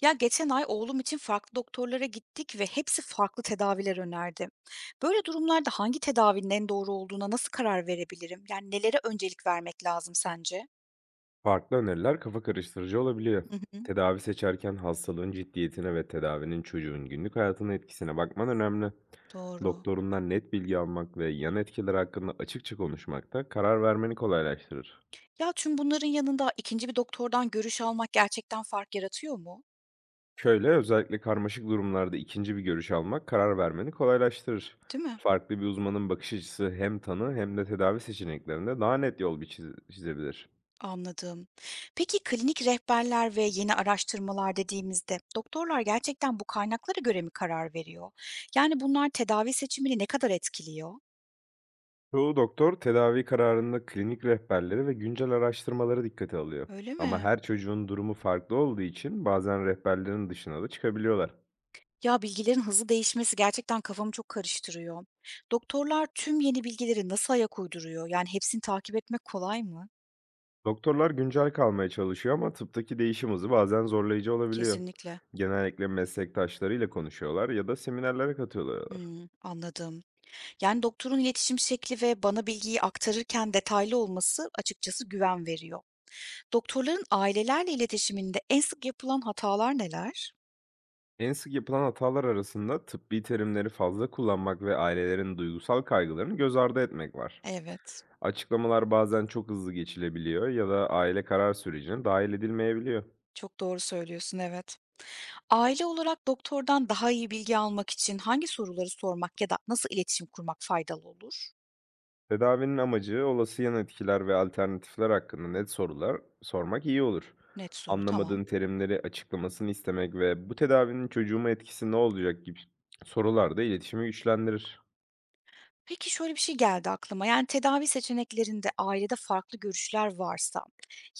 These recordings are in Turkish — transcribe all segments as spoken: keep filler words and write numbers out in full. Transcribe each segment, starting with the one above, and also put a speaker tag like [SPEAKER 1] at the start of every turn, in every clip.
[SPEAKER 1] Ya geçen ay oğlum için farklı doktorlara gittik ve hepsi farklı tedaviler önerdi. Böyle durumlarda hangi tedavinin en doğru olduğuna nasıl karar verebilirim? Yani nelere öncelik vermek lazım sence?
[SPEAKER 2] Farklı öneriler kafa karıştırıcı olabiliyor.
[SPEAKER 1] Hı hı,
[SPEAKER 2] Tedavi seçerken hastalığın ciddiyetine ve tedavinin çocuğun günlük hayatına etkisine bakman önemli.
[SPEAKER 1] doğru.
[SPEAKER 2] Doktorundan net bilgi almak ve yan etkiler hakkında açıkça konuşmak da karar vermeni kolaylaştırır.
[SPEAKER 1] Ya tüm bunların yanında ikinci bir doktordan görüş almak gerçekten fark yaratıyor mu?
[SPEAKER 2] Şöyle, özellikle karmaşık durumlarda ikinci bir görüş almak karar vermeni kolaylaştırır.
[SPEAKER 1] Değil mi?
[SPEAKER 2] Farklı bir uzmanın bakış açısı hem tanı hem de tedavi seçeneklerinde daha net yol bir çiz- çizebilir.
[SPEAKER 1] Anladım. Peki klinik rehberler ve yeni araştırmalar dediğimizde doktorlar gerçekten bu kaynaklara göre mi karar veriyor? Yani bunlar tedavi seçimini ne kadar etkiliyor?
[SPEAKER 2] Çoğu doktor tedavi kararında klinik rehberleri ve güncel araştırmaları dikkate alıyor.
[SPEAKER 1] Öyle
[SPEAKER 2] Ama
[SPEAKER 1] mi?
[SPEAKER 2] her çocuğun durumu farklı olduğu için bazen rehberlerin dışına da çıkabiliyorlar.
[SPEAKER 1] Ya, bilgilerin hızlı değişmesi gerçekten kafamı çok karıştırıyor. Doktorlar tüm yeni bilgileri nasıl ayak uyduruyor? Yani hepsini takip etmek kolay mı?
[SPEAKER 2] Doktorlar güncel kalmaya çalışıyor, ama tıptaki değişim hızı bazen zorlayıcı olabiliyor.
[SPEAKER 1] Kesinlikle.
[SPEAKER 2] Genellikle meslektaşlarıyla konuşuyorlar ya da seminerlere katılıyorlar.
[SPEAKER 1] Hımm, anladım. Yani doktorun iletişim şekli ve bana bilgiyi aktarırken detaylı olması açıkçası güven veriyor. Doktorların ailelerle iletişiminde en sık yapılan hatalar neler?
[SPEAKER 2] En sık yapılan hatalar arasında tıbbi terimleri fazla kullanmak ve ailelerin duygusal kaygılarını göz ardı etmek var.
[SPEAKER 1] Evet,
[SPEAKER 2] Açıklamalar bazen çok hızlı geçilebiliyor ya da aile karar sürecine dahil edilmeyebiliyor.
[SPEAKER 1] çok doğru söylüyorsun, evet. Aile olarak doktordan daha iyi bilgi almak için hangi soruları sormak ya da nasıl iletişim kurmak faydalı olur?
[SPEAKER 2] Tedavinin amacı, olası yan etkiler ve alternatifler hakkında net sorular sormak iyi olur.
[SPEAKER 1] Net soru, tamam.
[SPEAKER 2] Anlamadığın terimleri açıklamasını istemek ve "bu tedavinin çocuğuma etkisi ne olacak?" gibi sorular da iletişimi güçlendirir.
[SPEAKER 1] Peki şöyle bir şey geldi aklıma. Yani tedavi seçeneklerinde ailede farklı görüşler varsa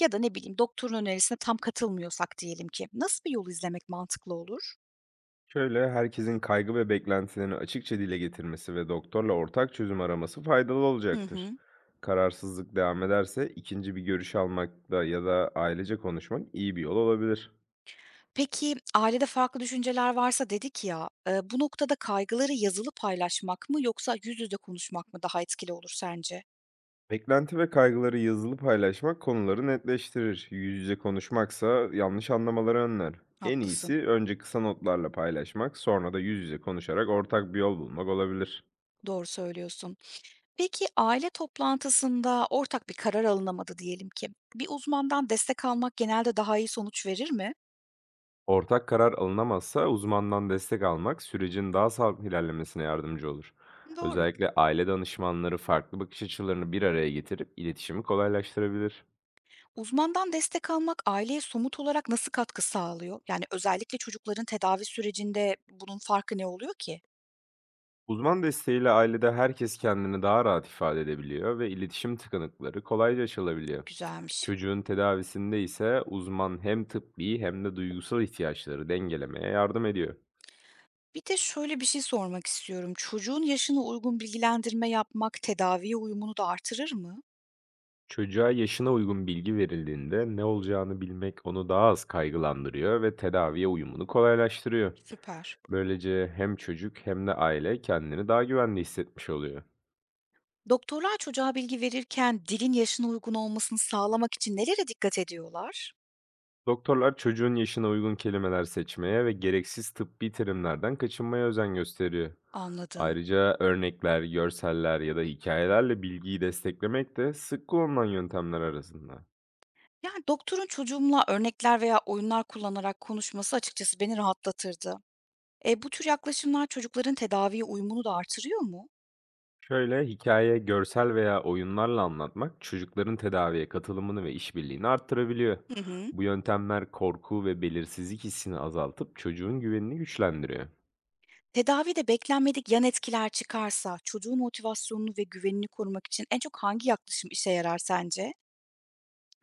[SPEAKER 1] ya da ne bileyim doktorun önerisine tam katılmıyorsak diyelim ki nasıl bir yol izlemek mantıklı olur?
[SPEAKER 2] Şöyle, herkesin kaygı ve beklentilerini açıkça dile getirmesi ve doktorla ortak çözüm araması faydalı
[SPEAKER 1] Hı
[SPEAKER 2] olacaktır.
[SPEAKER 1] hı.
[SPEAKER 2] Kararsızlık devam ederse ikinci bir görüş almakta ya da ailece konuşmak iyi bir yol olabilir.
[SPEAKER 1] Peki ailede farklı düşünceler varsa dedik ya, eee, bu noktada kaygıları yazılı paylaşmak mı yoksa yüz yüze konuşmak mı daha etkili olur sence?
[SPEAKER 2] Beklenti ve kaygıları yazılı paylaşmak konuları netleştirir. Yüz yüze konuşmaksa yanlış anlamaları önler. En iyisi
[SPEAKER 1] Haklısın.
[SPEAKER 2] önce kısa notlarla paylaşmak, sonra da yüz yüze konuşarak ortak bir yol bulmak olabilir.
[SPEAKER 1] Doğru söylüyorsun. Peki aile toplantısında ortak bir karar alınamadı diyelim ki. Bir uzmandan destek almak genelde daha iyi sonuç verir mi?
[SPEAKER 2] Ortak karar alınamazsa uzmandan destek almak sürecin daha sağlıklı ilerlemesine yardımcı olur.
[SPEAKER 1] Doğru.
[SPEAKER 2] Özellikle aile danışmanları farklı bakış açılarını bir araya getirip iletişimi kolaylaştırabilir.
[SPEAKER 1] Uzmandan destek almak aileye somut olarak nasıl katkı sağlıyor? Yani özellikle çocukların tedavi sürecinde bunun farkı ne oluyor ki?
[SPEAKER 2] Uzman desteğiyle ailede herkes kendini daha rahat ifade edebiliyor ve iletişim tıkanıkları kolayca açılabiliyor.
[SPEAKER 1] Güzelmiş.
[SPEAKER 2] Çocuğun tedavisinde ise uzman hem tıbbi hem de duygusal ihtiyaçları dengelemeye yardım ediyor.
[SPEAKER 1] Bir de şöyle bir şey sormak istiyorum. Çocuğun yaşına uygun bilgilendirme yapmak tedaviye uyumunu da artırır mı?
[SPEAKER 2] Çocuğa yaşına uygun bilgi verildiğinde ne olacağını bilmek onu daha az kaygılandırıyor ve tedaviye uyumunu kolaylaştırıyor.
[SPEAKER 1] Süper.
[SPEAKER 2] Böylece hem çocuk hem de aile kendini daha güvende hissetmiş oluyor.
[SPEAKER 1] Doktorlar çocuğa bilgi verirken dilin yaşına uygun olmasını sağlamak için nelere dikkat ediyorlar?
[SPEAKER 2] Doktorlar çocuğun yaşına uygun kelimeler seçmeye ve gereksiz tıbbi terimlerden kaçınmaya özen gösteriyor.
[SPEAKER 1] Anladım.
[SPEAKER 2] Ayrıca örnekler, görseller ya da hikayelerle bilgiyi desteklemek de sık kullanılan yöntemler arasında.
[SPEAKER 1] Yani doktorun çocuğumla örnekler veya oyunlar kullanarak konuşması açıkçası beni rahatlatırdı. Eee, bu tür yaklaşımlar çocukların tedaviye uyumunu da artırıyor mu?
[SPEAKER 2] Şöyle, hikaye, görsel veya oyunlarla anlatmak çocukların tedaviye katılımını ve işbirliğini arttırabiliyor.
[SPEAKER 1] Hı hı.
[SPEAKER 2] Bu yöntemler korku ve belirsizlik hissini azaltıp çocuğun güvenini güçlendiriyor.
[SPEAKER 1] Tedavide beklenmedik yan etkiler çıkarsa çocuğun motivasyonunu ve güvenini korumak için en çok hangi yaklaşım işe yarar sence?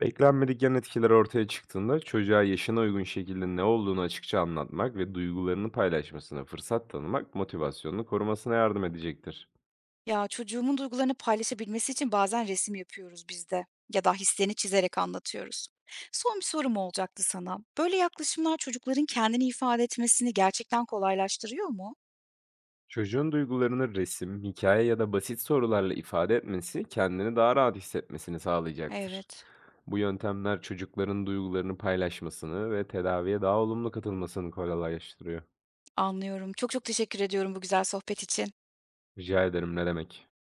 [SPEAKER 2] Beklenmedik yan etkiler ortaya çıktığında çocuğa yaşına uygun şekilde ne olduğunu açıkça anlatmak ve duygularını paylaşmasına fırsat tanımak motivasyonunu korumasına yardım edecektir.
[SPEAKER 1] Ya, çocuğumun duygularını paylaşabilmesi için bazen resim yapıyoruz biz de ya da hislerini çizerek anlatıyoruz. Son bir sorum olacaktı sana. Böyle yaklaşımlar çocukların kendini ifade etmesini gerçekten kolaylaştırıyor mu?
[SPEAKER 2] Çocuğun duygularını resim, hikaye ya da basit sorularla ifade etmesi kendini daha rahat hissetmesini sağlayacaktır.
[SPEAKER 1] Evet.
[SPEAKER 2] Bu yöntemler çocukların duygularını paylaşmasını ve tedaviye daha olumlu katılmasını kolaylaştırıyor.
[SPEAKER 1] Anlıyorum. Çok çok teşekkür ediyorum bu güzel sohbet için.
[SPEAKER 2] Rica ederim, ne demek?